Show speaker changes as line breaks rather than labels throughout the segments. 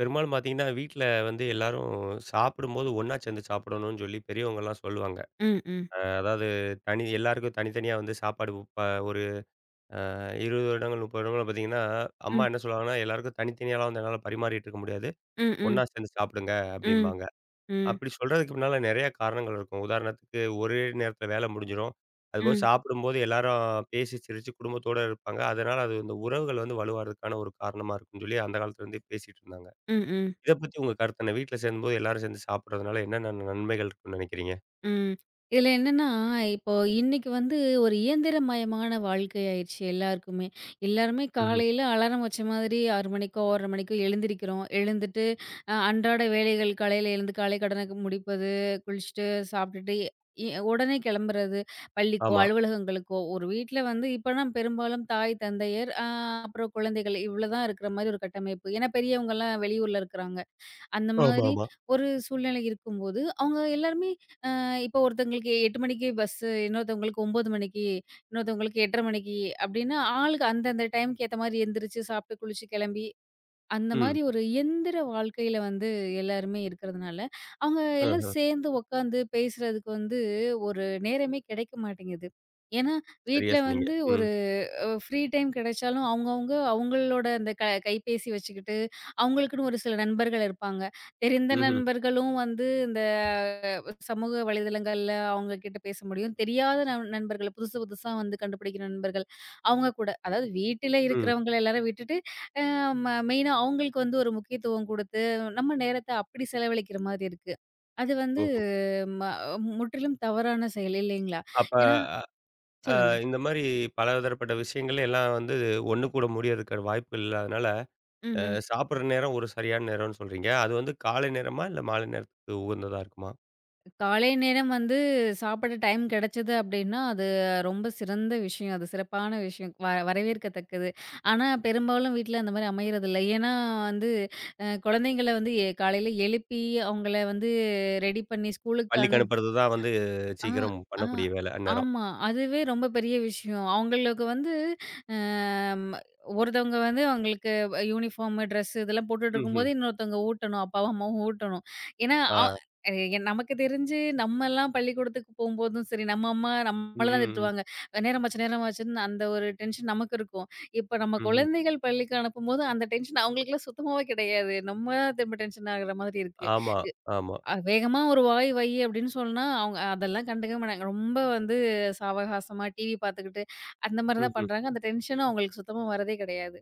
பெரும்பாலும் பார்த்தீங்கன்னா, வீட்ல வந்து எல்லாரும் சாப்பிடும்போது ஒண்ணா சேர்ந்து சாப்பிடணும்னு சொல்லி பெரியவங்கலாம் சொல்லுவாங்க.
ம், ம்,
அதாவது தனி எல்லாருக்கும் தனித்தனியா வந்து சாப்பாடு ப ஒரு அ 20 வருடங்கள், 30 வருடங்கள் பார்த்தீங்கன்னா, அம்மா
ம்,
என்ன சொல்லுவாங்கன்னா, எல்லாருக்கும் தனித்தனியாலாம் வந்து என்னால பரிமாறிட்டு இருக்க முடியாது.
ம், ம்,
ஒண்ணா சேர்ந்து சாப்பிடுங்க
ம்,
அப்படிம்பாங்க.
ம்,
அப்படி சொல்றதுக்கு பின்னால நெறைய காரணங்கள் இருக்கும். உதாரணத்துக்கு ஒரே நேரத்தில வேலை முடிஞ்சிரும். அதுபோக
ம்,
சாப்பிடும்போது எல்லாரும் பேசி சிரிச்சு குடும்பத்தோட இருப்பாங்க. அதனால அது இந்த உறவுகள் வந்து வலுவாறதுக்கான ஒரு காரணமா இருக்கும்னு சொல்லி அந்த காலத்துலேருந்தே பேசிட்டு இருந்தாங்க.
ம், ம்,
இத பத்தி உங்க கருத்து என்ன? வீட்ல சேரும்போது எல்லாரும் சேர்ந்து சாப்பிடுறதுனால என்னென்ன நன்மைகள் இருக்கும்னு நினைக்கிறீங்க?
ம். இதுல என்னன்னா, இப்போ இன்னைக்கு வந்து ஒரு இயந்திரமயமான வாழ்க்கை ஆயிருச்சு எல்லாருக்குமே. எல்லாருமே
ம்ஹ்ம்.
காலையில அலாரம் வச்ச மாதிரி 6 மணிக்கோ, 6:30 மணிக்கோ எழுந்திரிக்கிறோம். எழுந்துட்டு அன்றாட வேலைகள் காலையில எழுந்து காலை கடனுக்கு முடிப்பது, குளிச்சுட்டு, சாப்பிட்டுட்டு உடனே கிளம்புறது பள்ளிக்கோ,
ஆமா.
அலுவலகங்களுக்கோ. ஒரு வீட்ல வந்து இப்போனா பெரும்பாலும் தாய், தந்தையர், அப்புறம் குழந்தைகள் இவ்வளோதான் இருக்கிற மாரி ஒரு கட்டமைப்பு. ஏன்னா பெரியவங்கலாம் வெளியூர்ல இருக்கிறாங்க. அந்த மாதிரி
ஆமாமா.
ஒரு சூழ்நிலை இருக்கும்போது, அவங்க எல்லாருமே இப்போ ஒருத்தங்களுக்கு 8 மணிக்கு பஸ்ஸு, இன்னொருத்தவங்களுக்கு 9 மணிக்கு, இன்னொருத்தவங்களுக்கு 8:30 மணிக்கு அப்படின்னு ஆளுக்கு அந்தந்த டைம்க்கு ஏத்த மாரி எந்திரிச்சு, சாப்பிட்டு, குளிச்சு, கிளம்பி அந்த
ம்.
மாரி ஒரு இயந்திர வாழ்க்கையில வந்து எல்லாருமே இருக்கிறதுனால, அவங்க எல்லாம்
ஆஹ.
சேர்ந்து உட்காந்து பேசுறதுக்கு வந்து ஒரு நேரமே கிடைக்க மாட்டேங்குது. ஏன்னா,
சரியா
வீட்ல
சொன்னீங்க.
வந்து
ம்.
ஒரு ஃப்ரீ டைம் கிடைச்சாலும் அவங்கவங்க அவங்களோட அந்த கைபேசி வச்சுக்கிட்டு, அவங்களுக்குன்னு ஒரு சில நண்பர்கள் இருப்பாங்க. தெரிந்த
ம்ஹ்ம்.
நண்பர்களும் வந்து இந்த சமூக வலைதளங்கள்ல அவங்க கிட்ட பேச முடியும். தெரியாத நண்பர்கள புதுசு புதுசா வந்து கண்டுபிடிக்கிற நண்பர்கள், அவங்க கூட அதாவது வீட்டில
ம்.
இருக்கிறவங்கள எல்லாரும் விட்டுட்டு, அ ம மெயினா அவங்களுக்கு வந்து ஒரு முக்கியத்துவம் குடுத்து, நம்ம நேரத்த அப்படி செலவழிக்கிற மாரி இருக்கு. அது வந்து
ஓஹோ!
ம முற்றிலும் தவறான செயல் இல்லைங்களா?
அப்ப
ஏன்னா
அ
சொல்லுங்க.
இந்த மாரி பலதரப்பட்ட விஷயங்கள் எல்லாம் வந்து ஒண்ணு கூட முடியறதுக்கான வாய்ப்புகள் இல்லாதனால, அ
ம்ஹ்ம்.
சாப்பிடுற நேரம் ஒரு சரியான நேரம்னு சொல்றீங்க. அது வந்து காலை நேரமா? இல்ல மாலை நேரத்துக்கு உகந்ததா இருக்குமா?
காலை நேரம் வந்து சாப்பிட டைம் கிடைச்சது அப்படின்னா, அது ரொம்ப சிறந்த விஷயம். அது சிறப்பான விஷயம். வரவேற்கத்தக்கது. ஆனா, பெரும்பாலும் வீட்ல அந்த மாரி அமையறதில்ல. ஏன்னா வந்து குழந்தைங்கள வந்து காலையில எழுப்பி, அவங்கள வந்து ரெடி பண்ணி ஸ்கூலுக்கு
பள்ளிக்கு
அனு
அனுப்புறது தான் வந்து
ஆ,
சீக்கிரம்
ஆ.
பண்ணக்கூடிய வேலை அந்நேரம்.
ஆமா. அதுவே ரொம்ப பெரிய விஷயம். அவங்களுக்கு வந்து அம் ஒருத்தவங்க வந்து அவங்களுக்கு யூனிஃபார்ம், ட்ரெஸ் இதெல்லாம்
ம்ஹ்ம்.
போட்டுட்டுருக்கும்போது, இன்னொருத்தவங்க ஊட்டணும். அப்பாவும், அம்மாவும் ஊட்டணும். ஏன்னா
ஆ.
நமக்கு தெரிஞ்சு நம்மலாம் பள்ளிக்கூடத்துக்கு போம்போதும் சரி, நம்ம அம்மா
ம்,
நம்மள தான்
ம், ம்.
திட்டுவாங்க. நேரமாச்சு, நேரமாச்சுன்னு அந்த ஒரு டென்ஷன் நமக்கு இருக்கும். இப்ப நம்ம
ம்ஹ்ம்.
குழந்தைகள் பள்ளிக்கு அனுப்பும்போது, அந்த டென்ஷன் அவங்களுக்குலாம் சுத்தமாவே கிடையாது. நம்ம திரும்ப டென்ஷன் ஆகுற மாதிரி இருக்கு.
ஆமா, ஆமா.
வேகமா ஒரு வாய் வை அப்படின்னு சொன்னா, அவங்க அதெல்லாம் கண்டுக்கவே மாட்டாங்க. ரொம்ப வந்து சாவகாசமா டிவி பார்த்துக்கிட்டு, அந்த மாரி தான்
ம்ஹ்ம்.
பண்றாங்க. அந்த டென்ஷனும் அவங்களுக்கு சுத்தமா வரதே கிடையாது.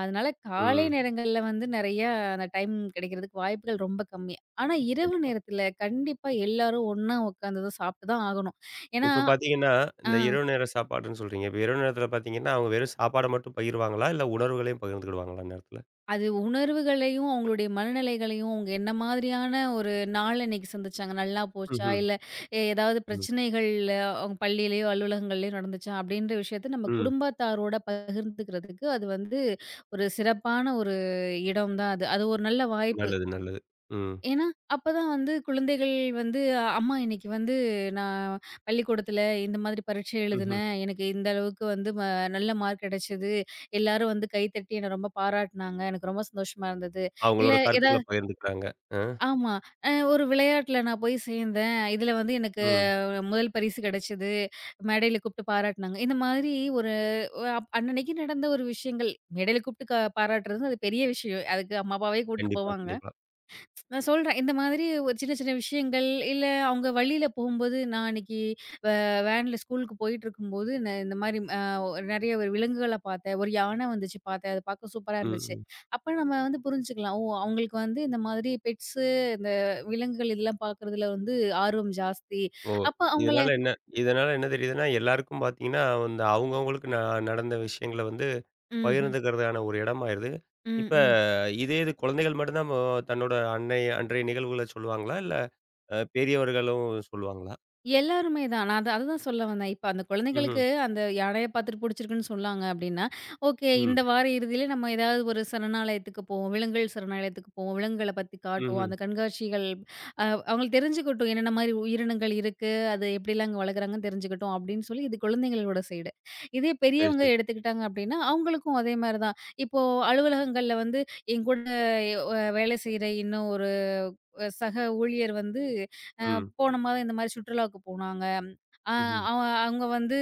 அதனால காலை
ம்.
நேரங்கள்ல வந்து நெறையா அந்த டைம் கிடைக்கிறதுக்கு வாய்ப்புகள் ரொம்ப கம்மி. ஆனா இரவு
கண்டிப்பா.
நேரத்துல கண்டிப்பா எல்லாரும் ஒண்ணா உட்காந்து தான் சாப்பிட்டு தான் ஆகணும். ஏன்னா
இப்ப பார்த்தீங்கன்னா,
ஆ.
இந்த இரவு நேர சாப்பாடுன்னு சொல்றீங்க. இப்ப இரவு நேரத்தில பார்த்தீங்கன்னா, அவங்க வெறும் சாப்பாட மட்டும் பகிர்வாங்களா? இல்ல உணர்வுகளையும் பகிர்ந்துக்கிடுவாங்களா அந்நேரத்தில?
அது உணர்வுகளையும், அவங்களுடைய மனநிலைகளையும், அவங்க என்ன மாதிரியான ஒரு நாள் அன்னைக்கு சந்திச்சாங்க? நல்லா போச்சா?
ம்ஹ்ம்.
இல்ல ஏதாவது
ம்.
பிரச்சனைகள் அவங்க பள்ளியிலயோ, அலுவலகங்கள்லயோ நடந்துச்சா? அப்படின்ற விஷயத்த நம்ம
ம்.
குடும்பத்தாரோட பகிர்ந்துக்கிறதுக்கு அது வந்து ஒரு சிறப்பான ஒரு இடம் தான் அது. அது ஒரு நல்ல வாய்ப்பு.
நல்லது, நல்லது. ம்.
ஏன்னா, அப்பதான் வந்து குழந்தைகள் வந்து, "அம்மா இன்னைக்கு வந்து நான் பள்ளிக்கூடத்துல இந்த மாதிரி பரீட்சை
ம்ஹ்ம்.
எழுதினேன். எனக்கு இந்த அளவுக்கு வந்து நல்ல மார்க் கிடைச்சது. எல்லாரும் வந்து கைத்தட்டி என்ன ரொம்ப பாராட்டுனாங்க. எனக்கு ரொம்ப சந்தோஷமா இருந்தது." இல்ல
அவங்களோட
ஏதா
கருத்துக்கள பகிர்ந்துக்கிறாங்க. அ.
ஆமா. அ ஒரு விளையாட்டுல நான் போய் சேர்ந்தேன். இதுல வந்து எனக்கு
ம்.
முதல் பரிசு கிடைச்சது. மேடையில கூப்பிட்டு பாராட்டுனாங்க. இந்த மாதிரி ஒரு அப் அன்னன்னைக்கு நடந்த ஒரு விஷயங்கள். மேடையில கூப்பிட்டு பாராட்டுறது அது பெரிய விஷயம். அதுக்கு அம்மா, அப்பாவே கூட்டு
கண்டிப்பா,
போவாங்க.
கண்டிப்பா.
நான் சொல்றேன். இந்த மாதிரி ஒரு சின்ன சின்ன விஷயங்கள், இல்ல அவங்க வழியில போகும்போது, நான் அன்னைக்கு வே வேன்ல ஸ்கூலுக்கு போயிட்டுருக்கும்போது, நான் இந்த மாரி நெறைய ஒரு விலங்குகள பார்த்தேன். ஒரு யான வந்துச்சு பார்த்தேன். அது பார்க்க சூப்பரா
ம்.
இருந்துச்சு.
ம்.
அப்ப நம்ம வந்து புரிஞ்சுக்கலாம். ஓ! அவங்களுக்கு வந்து இந்த மாதிரி பெட்ஸு, இந்த விலங்குகள் இதெல்லாம் பார்க்குறதுல வந்து ஆர்வம் ஜாஸ்தி.
ஓ!
அப்ப அவங்கள
இதனால என்ன இதனால என்ன தெரியுதுன்னா, எல்லாருக்கும் பார்த்தீங்கன்னா, வந்து அவங்கவங்களுக்கு நடந்த விஷயங்கள வந்து
ம்ஹ்ம்.
பகிர்ந்துக்கிறதுக்கான ஒரு இடமாயிருது.
ம்.
இப்ப
ம்.
இதே இது குழந்தைகள் மட்டும் தான் தன்னோட அன்னை அன்றைய நிகழ்வுகள சொல்லுவாங்களா? இல்ல பெரியவர்களும் சொல்லுவாங்களா?
எல்லாருமே தான். நான் அது அதுதான் சொல்ல வந்தேன். இப்ப அந்த
ம்ஹ்ம்.
குழந்தைகளுக்கு அந்த யானைய பார்த்துட்டு புடிச்சிருக்குன்னு சொன்னாங்க அப்டின்னா, ஓகே
ம்.
இந்த வார இறுதியில நம்ம ஏதாவது ஒரு சரணாலயத்துக்கு போவோம். விலங்குகள் சரணாலயத்துக்கு போவோம். விலங்குகள பத்தி காட்டுவோம்.
ம்ஹ்ம்.
அந்த கண்காட்சிகள் அ அவங்களுக்கு தெரிஞ்சுக்கட்டும். என்னென்ன மாரி உயிரினங்கள் இருக்கு. அது எப்படிலாம் அங்க வளர்க்குறாங்கன்னு தெரிஞ்சுக்கட்டும் அப்டின்னு சொல்லி இது குழந்தைங்களோட சைடு. இதே
சரி,
பெரியவங்க
சரி.
எடுத்துக்கிட்டாங்க அப்டின்னா, அவங்களுக்கும் அதே மாரி தான். இப்போ அலுவலகங்கள்ல வந்து என் கூட வேலை செய்ற இன்னும் ஒரு சக ஊழியர் வந்து அ
ம்.
போன மாதம் இந்த மாரி சுற்றுலாவுக்கு போனாங்க. அ
ம்ஹ்ம்.
அவ அவங்க வந்து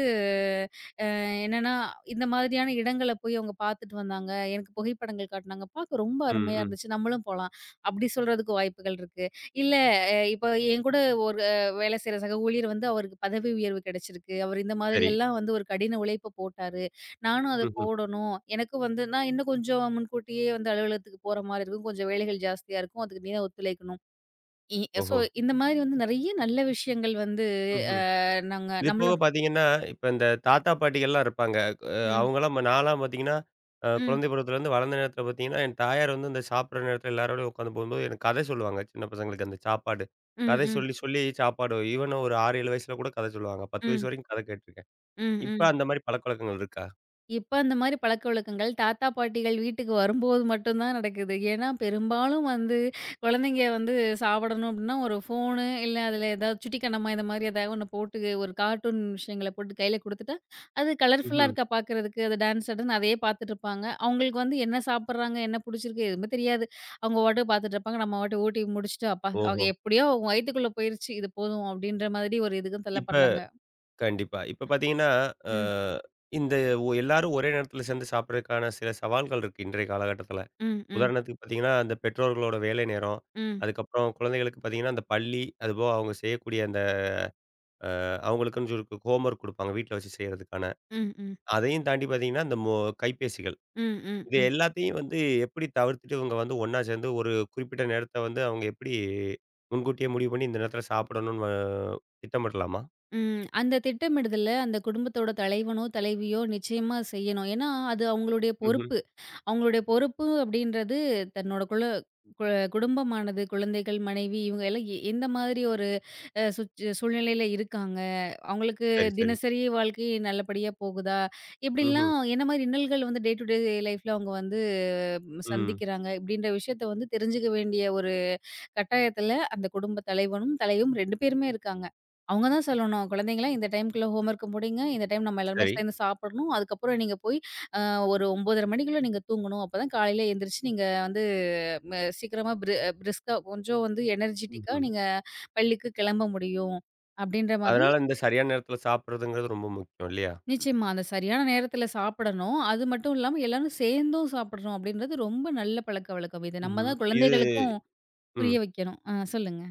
என்னன்னா, இந்த மாதிரியான இடங்கள போய் அவங்க பார்த்துட்டு வந்தாங்க. எனக்கு புகைப்படங்கள் காட்டுனாங்க. பார்க்க ரொம்ப
ம்,
அருமையா
ம்.
இருந்துச்சு. நம்மளும் போலாம். அப்படி சொல்றதுக்கு வாய்ப்புகள் இருக்கு. இல்ல இப்ப என் கூட ஒரு வேலை செய்ற சக ஊழியர் வந்து அவருக்கு பதவி உயர்வு கிடைச்சிருக்கு. அவர் இந்த மாதிரி
சரி.
எல்லாம் வந்து ஒரு கடின உழைப்ப போட்டாரு. நானும் அத
ம்ஹ்ம்.
போடணும். எனக்கும் வந்து நான் இன்னும் கொஞ்சம் முன்கூட்டியே வந்து அலுவலகத்துக்கு போற மாரி இருக்கும். கொஞ்சம் வேலைகள் ஜாஸ்தியா இருக்கும். அதுக்கு நீ தான் ஒத்துழைக்கணும். இ சோ
ஓஹோ!
இந்த மாதிரி வந்து நெறைய நல்ல விஷயங்கள் வந்து
ம்ஹ்ம்.
நாங்க
இது போக
நம்மளோ
பார்த்தீங்கன்னா, இப்ப இந்த தாத்தா, பாட்டிகள்லாம் இருப்பாங்க. அ
ம்,
அவங்கலாம் நான்லாம் பார்த்தீங்கன்னா,
ம்,
குழந்தை பருவத்திலேருந்து வளர்ந்த நேரத்தில பார்த்தீங்கன்னா, என் தாயார் வந்து இந்த சாப்பிடுற நேரத்தில எல்லாரோடயும் உட்காந்து போகும்போது, எனக்கு கதை சொல்லுவாங்க. சின்ன பசங்களுக்கு அந்த சாப்பாடு.
ம்,
கதை
ம்,
சொல்லி, சொல்லி சாப்பாடு ஈவன் ஒரு 6, 7 வயசுல கூட கதை சொல்லுவாங்க. 10 வயசு
ம்,
வரைக்கும் கதை கேட்டுருக்கேன்.
ம்,
இப்ப
ம்.
அந்த மாரி பழக்கவழக்கங்கள் இருக்கா?
இப்ப அந்த மாரி பழக்கவழக்கங்கள் தாத்தா, பாட்டிகள் வீட்டுக்கு வரும்போது மட்டும் தான் நடக்குது. ஏன்னா, பெரும்பாலும் வந்து குழந்தைங்க வந்து சாப்பிடணும் அப்டின்னா, ஒரு ஃபோனு இல்ல அதில ஏதாவது சுட்டிக்கண்ணமா இந்த மாரி ஏதாவது ஒண்ணு போட்டு ஒரு கார்ட்டூன் விஷயங்கள போட்டு கையில குடுத்துட்டா, அது கலர்ஃபுல்லா
ம்ஹ்ம்.
இருக்கா பார்க்கறதுக்கு. அது டான்ஸ் ஆடுன்னு அதையே பார்த்துட்டுருப்பாங்க. அவங்களுக்கு வந்து என்ன சாப்பிடுறாங்க, என்ன புடிச்சிருக்கு எதுவுமே தெரியாது. அவங்க பாட்டுக்கு பார்த்துட்டு இருப்பாங்க. நம்ம பாட்டுக்கு ஊட்டி முடிச்சுட்டு, அப்பா அவங்க
ஓஹோ!
எப்படியோ அவங்க வயித்துக்குள்ள போயிருச்சு. இது போதும் அப்படின்ற மாதிரி ஒரு இதுக்கும்
இப்ப
தள்ளப்படுறாங்க.
கண்டிப்பா. இப்ப பார்த்தீங்கன்னா, அ
ம்,
இந்த எல்லாரும் ஒரே நேரத்தில சேர்ந்து சாப்பிடுறதுக்கான சில சவால்கள் இருக்கு, இன்றைய காலகட்டத்தில.
ம், ம்,
உதாரணத்துக்கு பார்த்தீங்கன்னா, அந்த பெற்றோர்களோட வேலை நேரம்,
ம், ம்,
அதுக்கப்புறம் குழந்தைகளுக்கு பார்த்தீங்கன்னா, அந்த பள்ளி, அதுபோக அவங்க செய்யக்கூடிய அந்த அவங்களுக்குன்னு சொல்லி ஹோம் ஒர்க் குடுப்பாங்க, வீட்ல வச்சு செய்றதுக்கான.
ம்,
அதையும் தாண்டி பார்த்தீங்கன்னா, இந்த கைபேசிகள்.
ம், ம்,
இது
ம்.
எல்லாத்தையும் வந்து எப்படி தவிர்த்துட்டு இவங்க வந்து ஒண்ணா சேர்ந்து ஒரு குறிப்பிட்ட நேரத்த வந்து அவங்க எப்படி முன்கூட்டியே முடிவு பண்ணி, இந்த நேரத்தில சாப்பிடணும்னு திட்டமிடலாமா?
ம். அந்த திட்டமிடுதல அந்த குடும்பத்தோட தலைவனோ, தலைவியோ நிச்சயமா செய்யணும். ஏன்னா, அது அவங்களுடைய
ம்ஹ்ம்.
பொறுப்பு. அவங்களுடைய பொறுப்பு அப்படின்றது தன்னோட குல கு குடும்பமானது, குழந்தைகள், மனைவி இவங்க எல்லாம் எந்த மாதிரி ஒரு அ சுச் சூழ்நிலையில இருக்காங்க? அவங்களுக்கு
சரி, சரி.
தினசரி வாழ்க்கை நல்லபடியா போகுதா?
ம்ஹ்ம்.
இப்படிலாம் என்ன மாரி இன்னல்கள் வந்து டே டு டே லைஃப்ல அவங்க வந்து ம்,
ம்.
சந்திக்கிறாங்க? இப்படின்ற விஷயத்த வந்து தெரிஞ்சுக்க வேண்டிய ஒரு கட்டாயத்துல அந்த குடும்ப தலைவனும், தலைவியும் 2 பேருமே இருக்காங்க. அவங்க தான் சொல்லணும், "குழந்தைங்களா இந்த டைம்க்குள்ள ஹோம் ஒர்க்க முடியுங்க. இந்த டைம் நம்ம எல்லாருமே
சரி.
சேர்ந்து சாப்பிடணும். அதுக்கப்புறம் நீங்க போய் அ ஒரு 9:30 மணிக்குள்ள நீங்க தூங்கணும். அப்பதான் காலையில எந்திரிச்சு நீங்க வந்து ம சீக்கிரமா பிரிஸ்கா கொஞ்சம் வந்து எனர்ஜிட்டிக்கா
ம்ஹ்ம்.
நீங்க பள்ளிக்கு கிளம்ப முடியும்." அப்படின்ற மாதிரி
அதனால இந்த சரியான நேரத்தில சாப்பிடுறதுங்கிறது ரொம்ப முக்கியம் இல்லையா?
நிச்சயமா அந்த சரியான நேரத்துல சாப்பிடணும். அது மட்டும் இல்லாம எல்லாரும் சேர்ந்தும் சாப்பிடணும் அப்படின்றது ரொம்ப நல்ல பழக்கவழக்கம். இது நம்ம
ம்ஹ்ம்.
தான்
இது
குழந்தைகளுக்கும் புரிய
ம்.
வைக்கணும். ஆ சொல்லுங்க.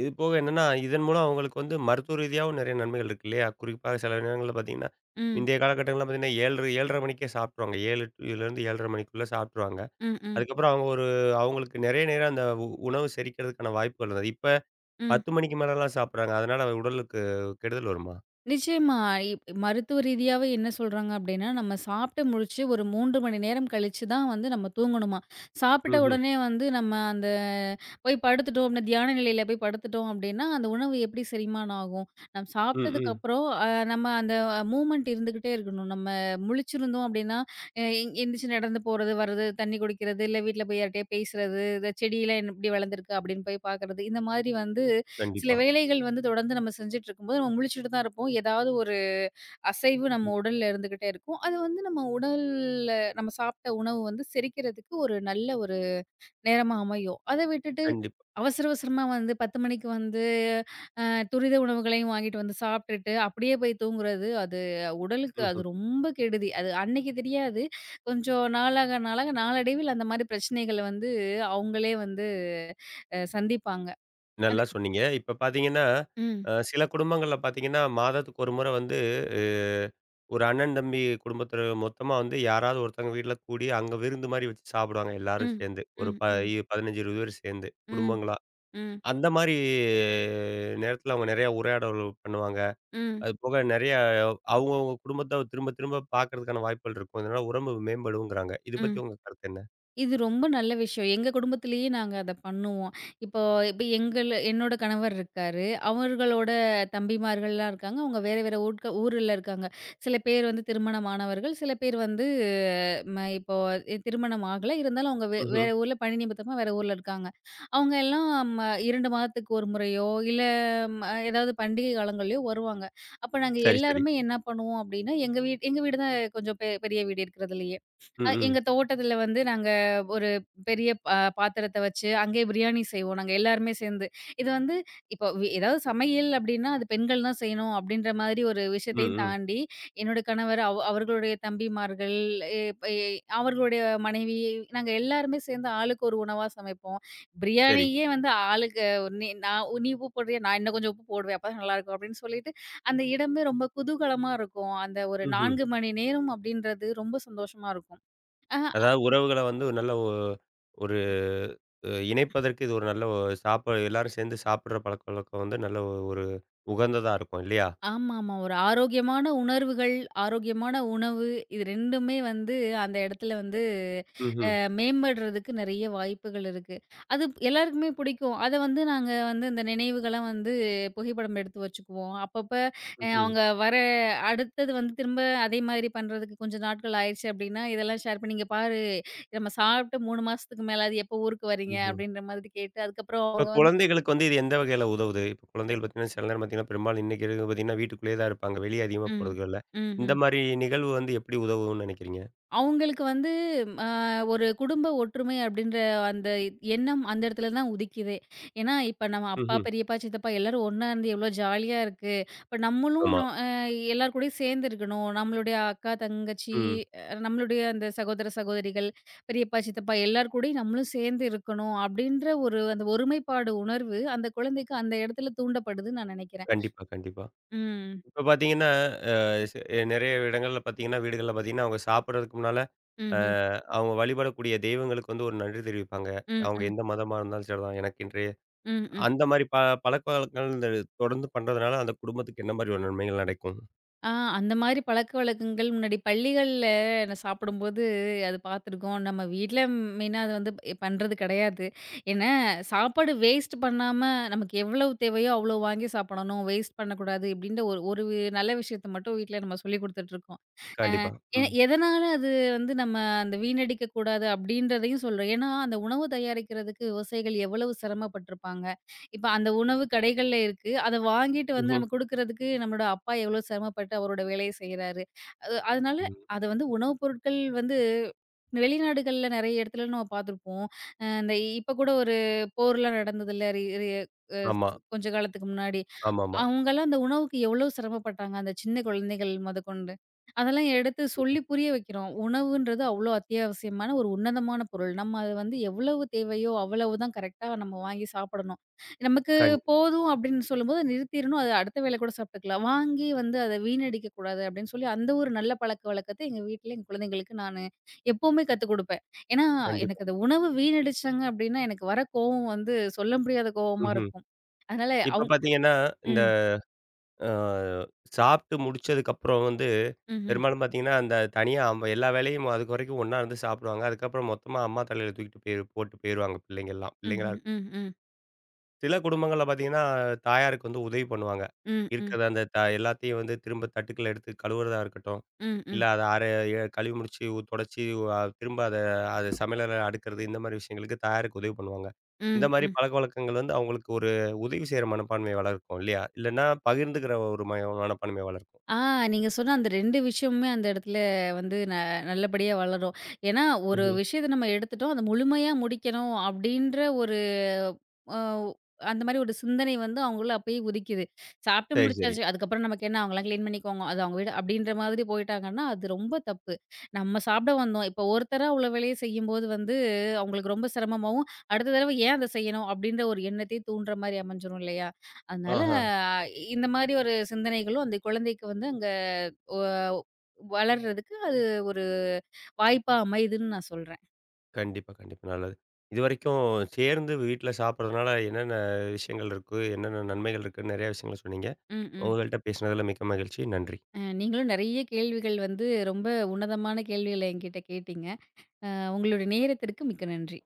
இது போக என்னன்னா, இதன் மூலம் அவங்களுக்கு வந்து மருத்துவ ரீதியாவும் நெறைய நன்மைகள் இருக்கு இல்லையா? குறிப்பா சில நேரங்கள்ல பார்த்தீங்கன்னா,
ம்.
முந்தைய காலகட்டங்கள்லாம் பார்த்தீங்கன்னா 7:30 7:30 மணிக்கே சாப்ட்ருவாங்க. 7:30 7:30 மணிக்குள்ள சாப்ட்ருவாங்க.
ம், ம்,
அதுக்கப்புறம் அவங்க ஒரு அவங்களுக்கு நெறைய நேரம் அந்த உணவு செரிக்கிறதுக்கான வாய்ப்புகள் இருந்தது. இப்ப
ம்.
10 மணிக்கு மேலலாம் சாப்பிடுறாங்க. அதனால உடலுக்கு கெடுதல் வருமா?
நிச்சயமா. இப் மருத்துவ ரீதியாவே என்ன சொல்றாங்க அப்டின்னா, நம்ம சாப்ட்டு முடிச்சு ஒரு 3 மணி நேரம் கழிச்சு தான் வந்து நம்ம தூங்கணுமா. சாப்பிட்ட
ம்ஹ்ம்.
உடனே வந்து நம்ம அந்த போய் படுத்துட்டோம் அப்டின்னா, தியான நிலையில போய் படுத்துட்டோம் அப்டின்னா, அந்த உணவு எப்டி செரிமானம் ஆகும்? நம்ம
ம், ம்.
சாப்ட்டதுக்கப்புறம் நம்ம அந்த மூவ்மெண்ட் இருந்துகிட்டே இருக்கணும். நம்ம முழிச்சிருந்தோம் அப்டின்னா, அ எந் எந்திரிச்சு நடந்து போறது, வர்றது, தண்ணி குடிக்கிறது, இல்ல வீட்ல போய் யார்ட்டயோ பேசுறது, இந்த செடியெல்லாம் இப்டி வளர்ந்துருக்கு அப்டின்னு போய் பார்க்குறது. இந்த மாதிரி வந்து சில
கண்டிப்பா.
வேலைகள் வந்து தொடர்ந்து நம்ம செஞ்சுட்டு இருக்கும்போது, நம்ம முழிச்சுட்டு தான் இருப்போம். ஏதாவது ஒரு அசைவு
ம்.
நம்ம உடல்ல இருந்துகிட்டே இருக்கும். அது வந்து நம்ம உடல்ல நம்ம சாப்பிட்ட உணவு வந்து செரிக்கிறதுக்கு ஒரு நல்ல ஒரு நேரமா அமையும். அத விட்டுட்டு
கண்டிப்பா.
அவசர அவசரமா வந்து 10 மணிக்கு வந்து அ துரித உணவுகளையும் வாங்கிட்டு வந்து சாப்ட்டுட்டு, அப்படியே போய் தூங்குறது, அது உடலுக்கு அது
ம்ஹ்ம்.
ரொம்ப கெடுதி. அது அன்னைக்கு தெரியாது. கொஞ்சம் நாளாக நாளாக நாளடைவில் அந்த மாரி பிரச்சனைகள வந்து அவங்களே வந்து சந்திப்பாங்க. அது
நல்லா சொன்னீங்க. இப்ப பார்த்தீங்கன்னா,
ம்.
சில குடும்பங்கள்ல பார்த்தீங்கன்னா, மாதத்துக்கு ஒரு முறை வந்து அ ஒரு அண்ணன், தம்பி குடும்பத்தில மொத்தமா வந்து யாராவது ஒருத்தவங்க வீட்ல கூடி, அங்க விருந்து மாரி வச்சு சாப்பிடுவாங்க எல்லாரும்
ம்,
சேர்ந்து. ஒரு
ம்,
ப
ம்.
15, 20 பேர் சேர்ந்து,
ம்,
குடும்பங்களா.
ம்,
அந்த மாரி நேரத்தில அவங்க நெறையா உரையாடல் பண்ணுவாங்க.
ம்,
அது போக நெறையா அவங்கவங்க குடும்பத்த திரும்ப திரும்ப பார்க்கறதுக்கான வாய்ப்புகள் இருக்கும். இதனால உறவு மேம்படுங்கிறாங்க. இத பத்தி
ம்.
உங்க கருத்து என்ன?
இது ரொம்ப நல்ல விஷயம். எங்க குடும்பத்திலேயே நாங்க அத பண்ணுவோம். இப்போ இப்ப என்னோட கணவர் இருக்காரு. அவர்களோட தம்பிமார்கள்லாம் இருக்காங்க. அவங்க வேற வேற ஊர்ல இருக்காங்க. சில பேர் வந்து திருமணமானவர்கள், சில பேர் வந்து இப்போ திருமணம் ஆகல. இருந்தாலும் அவங்க
ம்ஹ்ம்.
வேற ஊர்ல பணி நிமித்தமா வேற ஊர்ல இருக்காங்க. அவங்க எல்லாம் 2 மாதத்துக்கு ஒரு முறையோ, இல்ல ஏதாவது பண்டிகை காலங்கள்லயோ வருவாங்க. அப்ப நாங்க
சரி, சரி.
எல்லாருமே என்ன பண்ணுவோம் அப்டின்னா, எங்க வீடு தான் கொஞ்சம் பெரிய வீடு இருக்கிறதுலயே.
ம், ம்.
எங்க தோட்டத்துல வந்து நாங்க ஒரு பெரிய பாத்திரத்த வச்சு, அங்கேயே பிரியாணி செய்வோம் நாங்க எல்லாருமே சேர்ந்து. இது வந்து இப்போ ஏதாவது சமையல் அப்டின்னா, அது பெண்கள் தான் செய்யணும் அப்டின்ற மாதிரி ஒரு
ம்,
விஷயத்தையும்
ம்.
தாண்டி, என்னோட கணவர், அவர்களுடைய தம்பிமார்கள், எ ப எ அவர்களுடைய மனைவி, நாங்க எல்லாருமே சேர்ந்து ஆளுக்கு ஒரு உணவா சமைப்போம்.
சரி.
பிரியாணியே வந்து ஆளுக்கு நீ நான் நீ உப்பு போடுறியா? நான் இன்னும் கொஞ்சம் உப்பு போடுவேன். அப்பதான் நல்லாயிருக்கும் அப்டின்னு சொல்லிட்டு, அந்த இடமே ரொம்ப குதூகலமா இருக்கும். அந்த ஒரு
ம்ஹ்ம்.
4 மணி நேரம் அப்டின்றது ரொம்ப சந்தோஷமா இருக்கும். ஆஹ.
அதாவது உறவுகள வந்து ஒரு நல்ல ஒ ஒரு அ இணைப்பதற்கு இது ஒரு நல்ல ஒ சாப்ப எல்லாரும் சேர்ந்து சாப்பிடுற பழக்கவழக்கம் வந்து நல்ல ஒரு உகந்ததா இருக்கும் இல்லையா?
ஆமாமா. ஒரு ஆரோக்கியமான உணர்வுகள், ஆரோக்கியமான உணவு இது 2மே வந்து அந்த இடத்துல வந்து
ம்ஹ்ம்.
மேம்படுறதுக்கு நெறைய வாய்ப்புகள் இருக்கு. அது எல்லாருக்குமே பிடிக்கும். அத வந்து நாங்க வந்து இந்த நினைவுகளா வந்து புகைப்படம் எடுத்து வச்சுக்குவோம். அப்பப்ப
ம்.
அவங்க வர அடுத்தது வந்து திரும்ப அதே மாதிரி பண்றதுக்கு கொஞ்சம் நாட்கள் ஆயிருச்சு அப்படின்னா, இதெல்லாம் ஷேர் பண்ணி "இங்க பாரு நம்ம சாப்பிட்டு 3 மாசத்துக்கு மேல ஆகுது எப்போ ஊருக்கு வரீங்க?"
ம்ஹ்ம்.
அப்படின்ற மாதிரி கேட்டு அதுக்கப்புறம்
இப்ப
அவங்க வந்து
குழந்தைகளுக்கு வந்து இது எந்த வகையில உதவுது? இப்ப குழந்தைகள் பார்த்தீங்கன்னா, சில நேரம் பார்த்தீங்கன்னா, பெரும்பாலும் இன்னைக்கு இருக்கிறவங்க பார்த்தீங்கன்னா, வீட்டுக்குள்ளேயே தான் இருப்பாங்க. வெளிய அதிகமா
ம்.
போறதுக்கு இல்ல.
ம்.
இந்த
ம்.
மாரி நிகழ்வு வந்து எப்படி உதவும்னு நினைக்கிறீங்க?
அவங்களுக்கு வந்து அ ஒரு குடும்ப ஒற்றுமை அப்படின்ற அந்த எண்ணம் அந்த இடத்துல தான் உதிக்குதே. ஏன்னா, இப்ப நம்ம அப்பா,
ம்ஹ்ம்.
பெரியப்பா, சித்தப்பா எல்லாரும் ஒண்ணா இருந்து எவ்வளோ ஜாலியா இருக்கு. இப்ப நம்மளும்
ஆமா.
நொ அ எல்லார் கூடயும் சேர்ந்து இருக்கணும். நம்மளுடைய அக்கா, தங்கச்சி,
ம்.
நம்மளுடைய அந்த சகோதர, சகோதரிகள், பெரியப்பா, சித்தப்பா எல்லார் கூடயும் நம்மளும் சேர்ந்து இருக்கணும் அப்படின்ற ஒரு அந்த ஒருமைப்பாடு உணர்வு அந்த குழந்தைக்கு அந்த இடத்துல தூண்டப்படுதுன்னு நான் நினைக்கிறேன்.
கண்டிப்பா, கண்டிப்பா.
ம்.
இப்ப பார்த்தீங்கன்னா, அ சி நெறைய இடங்கள்ல பார்த்தீங்கன்னா, வீடுகள்ல பார்த்தீங்கன்னா, அவங்க சாப்பிடுறதுக்கு முன்னால அ
ம்ஹ்ம்.
அவங்க வழிபடக்கூடிய தெய்வங்களுக்கு வந்து ஒரு நன்றி தெரிவிப்பாங்க.
ம்,
அவங்க
ம்.
எந்த மதமா இருந்தாலும் சரிதான். எனக்கு இன்று
ம், ம்.
அந்த மாரி பழக்கவழக்கங்கள் இந்த தொடர்ந்து பண்றதுனால, அந்த குடும்பத்துக்கு என்ன மாரி ஒரு நன்மைகள் நடக்கும்?
ஆ அந்த மாரி பழக்கவழக்கங்கள் முன்னாடி பள்ளிகள்ல நான் சாப்பிடும்போது அது பார்த்துருக்கோம். நம்ம வீட்ல மெயினா அது வந்து பண்றது கிடையாது. ஏன்னா, சாப்பாடு வேஸ்ட் பண்ணாம நமக்கு எவ்வளவு தேவையோ அவ்வளோ வாங்கி சாப்பிடணும். வேஸ்ட் பண்ணக்கூடாது இப்படின்ற ஒரு ஒரு நல்ல விஷயத்த மட்டும் வீட்ல நம்ம சொல்லிக் குடுத்துட்டுருக்கோம்.
கண்டிப்பா. ம்.
எதனால அது வந்து நம்ம அந்த வீணடிக்க கூடாது அப்படின்றதையும் சொல்றேன். ஏன்னா, அந்த உணவு தயாரிக்கிறதுக்கு விவசாயிகள் எவ்வளவு சிரமப்பட்டுருப்பாங்க. இப்ப அந்த உணவு கடைகள்ல இருக்கு. அத வாங்கிட்டு வந்து
ம்ஹ்ம்.
நம்ம குடுக்குறதுக்கு நம்மளோட அப்பா எவ்வளோ சிரமப்பட்டு அவரோட வேலைய செய்றாரு. அது அதனால
ம்.
அத வந்து உணவுப் பொருட்கள் வந்து வெளிநாடுகள்ல நெறைய இடத்துல நம்ம பார்த்துருப்போம். அ இந்த இப்ப கூட ஒரு போர்லாம் நடந்ததுல்ல ரி ரி அ
ஆமா,
கொஞ்ச காலத்துக்கு முன்னாடி.
ஆமாமா.
அவங்கலாம் அந்த உணவுக்கு எவ்வளோ சிரமப்பட்டாங்க. அந்த சின்ன குழந்தைகள் மொதற்கொண்டு. அதெல்லாம் எடுத்து
கண்டிப்பா.
சொல்லி புரிய வைக்கிறோம். உணவுன்றது அவ்ளோ அத்தியாவசியமான ஒரு உன்னதமான பொருள். நம்ம அது வந்து எவ்வளவு தேவையோ, அவ்வளவு தான் கரெக்ட்டா நம்ம வாங்கி சாப்பிடணும். நமக்கு
கண்
போதும் அப்படின்னு சொல்லும்போது நிறுத்திரணும். அது அடுத்த வேளை கூட சாப்பிட்டுக்கலாம். வாங்கி வந்து அத வீணடிக்கக் கூடாது அப்படின்னு சொல்லி, அந்த ஒரு நல்ல பழக்கவழக்கத்த எங்க வீட்ல என் குழந்தைங்களுக்கு நானு எப்பவுமே கத்துக் குடுப்பேன். ஏன்னா,
கண்டிப்பா.
எனக்கு அந்த உணவு வீணடிச்சாங்க அப்படின்னா, எனக்கு வர கோவம் வந்து சொல்ல முடியாத கோவமா
ம்ஹ்ம்.
இருக்கும். அதனால
இப்ப பார்த்தீங்கன்னா, இந்த
ம்.
அ சாப்பிட்டு முடிச்சதுக்கப்புறம் வந்து
ம்ஹ்ம்.
பெரும்பாலும் பார்த்தீங்கன்னா, அந்த தனியா அம்ப எல்லா வேலையும் அதுக்கு வரைக்கும் ஒண்ணா இருந்து சாப்பிடுவாங்க. அதுக்கப்புறம் மொத்தமா அம்மா தலையில தூக்கிட்டு போயிரு போட்டு போயிருவாங்க பிள்ளைங்கலாம். பிள்ளைங்களா
ம்ஹ்ம். ம், ம்.
சில குடும்பங்கள்ல பார்த்தீங்கன்னா, தாயாருக்கு வந்து உதவி பண்ணுவாங்க.
ம், ம்.
இருக்கிறத அந்த த எல்லாத்தையும் வந்து திரும்ப தட்டுக்கள எடுத்து கழுவுறதா இருக்கட்டும்,
ம்,
இல்ல
ம்.
அத அர எ கழுவி முடிச்சு தொடச்சு திரும்ப அது சமையலறைல அடுக்குறது, இந்த மாரி விஷயங்களுக்கு தாயாருக்கு உதவி பண்ணுவாங்க. இந்த
ம்,
மாரி
ம்.
பழக்கவழக்கங்கள் வந்து அவங்களுக்கு ஒரு உதவி செய்ற மனப்பான்மைய வளர்க்கும் இல்லையா? இல்லன்னா பகிர்ந்துக்கிற ஒரு மனப்பான்மைய வளர்க்கும்.
ஆ நீங்க சொன்ன அந்த 2 விஷயமுமே அந்த இடத்துல வந்து நல்லபடியா வளரும். ஏன்னா, ஒரு
ம்ஹ்ம்.
விஷயத்த நம்ம எடுத்துட்டோம். அத முழுமையா முடிக்கணும் அப்டின்ற அ அந்த மாரி ஒரு சிந்தனை வந்து அவங்களுக்குள்ள அப்பயே உதிக்கிது. சாப்பிட்டு
சரி, சரி.
முடிச்சாச்சு. அதுக்கப்புறம் நமக்கு என்ன அவங்கலாம் கிளீன் பண்ணிக்கோங்க. அது அவங்க வீடு அப்படின்ற மாதிரி போயிட்டாங்கன்னா, அது ரொம்ப தப்பு. நம்ம சாப்பிட வந்தோம். இப்போ ஒருத்தரா உள்ள வேலைய செய்யும்போது வந்து அவங்களுக்கு ரொம்ப சிரமமாவும், அடுத்த தடவ ஏன் அத செய்யணும் அப்படின்ற ஒரு எண்ணத்தையும் தூண்டுற மாரி அமைஞ்சிரும் இல்லையா? அதனால
ஆஹா.
இந்த மாரி ஒரு சிந்தனைகளும் அந்த குழந்தைக்கு வந்து அங்க ஒ வளர்றதுக்கு அது ஒரு வாய்ப்பா அமையுதுன்னு நான் சொல்றேன்.
கண்டிப்பா, கண்டிப்பா. நல்லது. இதுவரைக்கும் சேர்ந்து வீட்ல சாப்பிடுறதுனால என்னென்ன விஷயங்கள் இருக்கு? என்னென்ன நன்மைகள் இருக்குன்னு நெறைய விஷயங்கள சொன்னீங்க.
ம். ம்.
உங்கள்ட்ட பேசினதில மிக்க மகிழ்ச்சி. நன்றி.
நீங்களும் நெறைய கேள்விகள் வந்து ரொம்ப உன்னதமான கேள்விகள என்கிட்ட கேட்டீங்க. அ உங்களுடைய நேரத்திற்கு மிக்க நன்றி.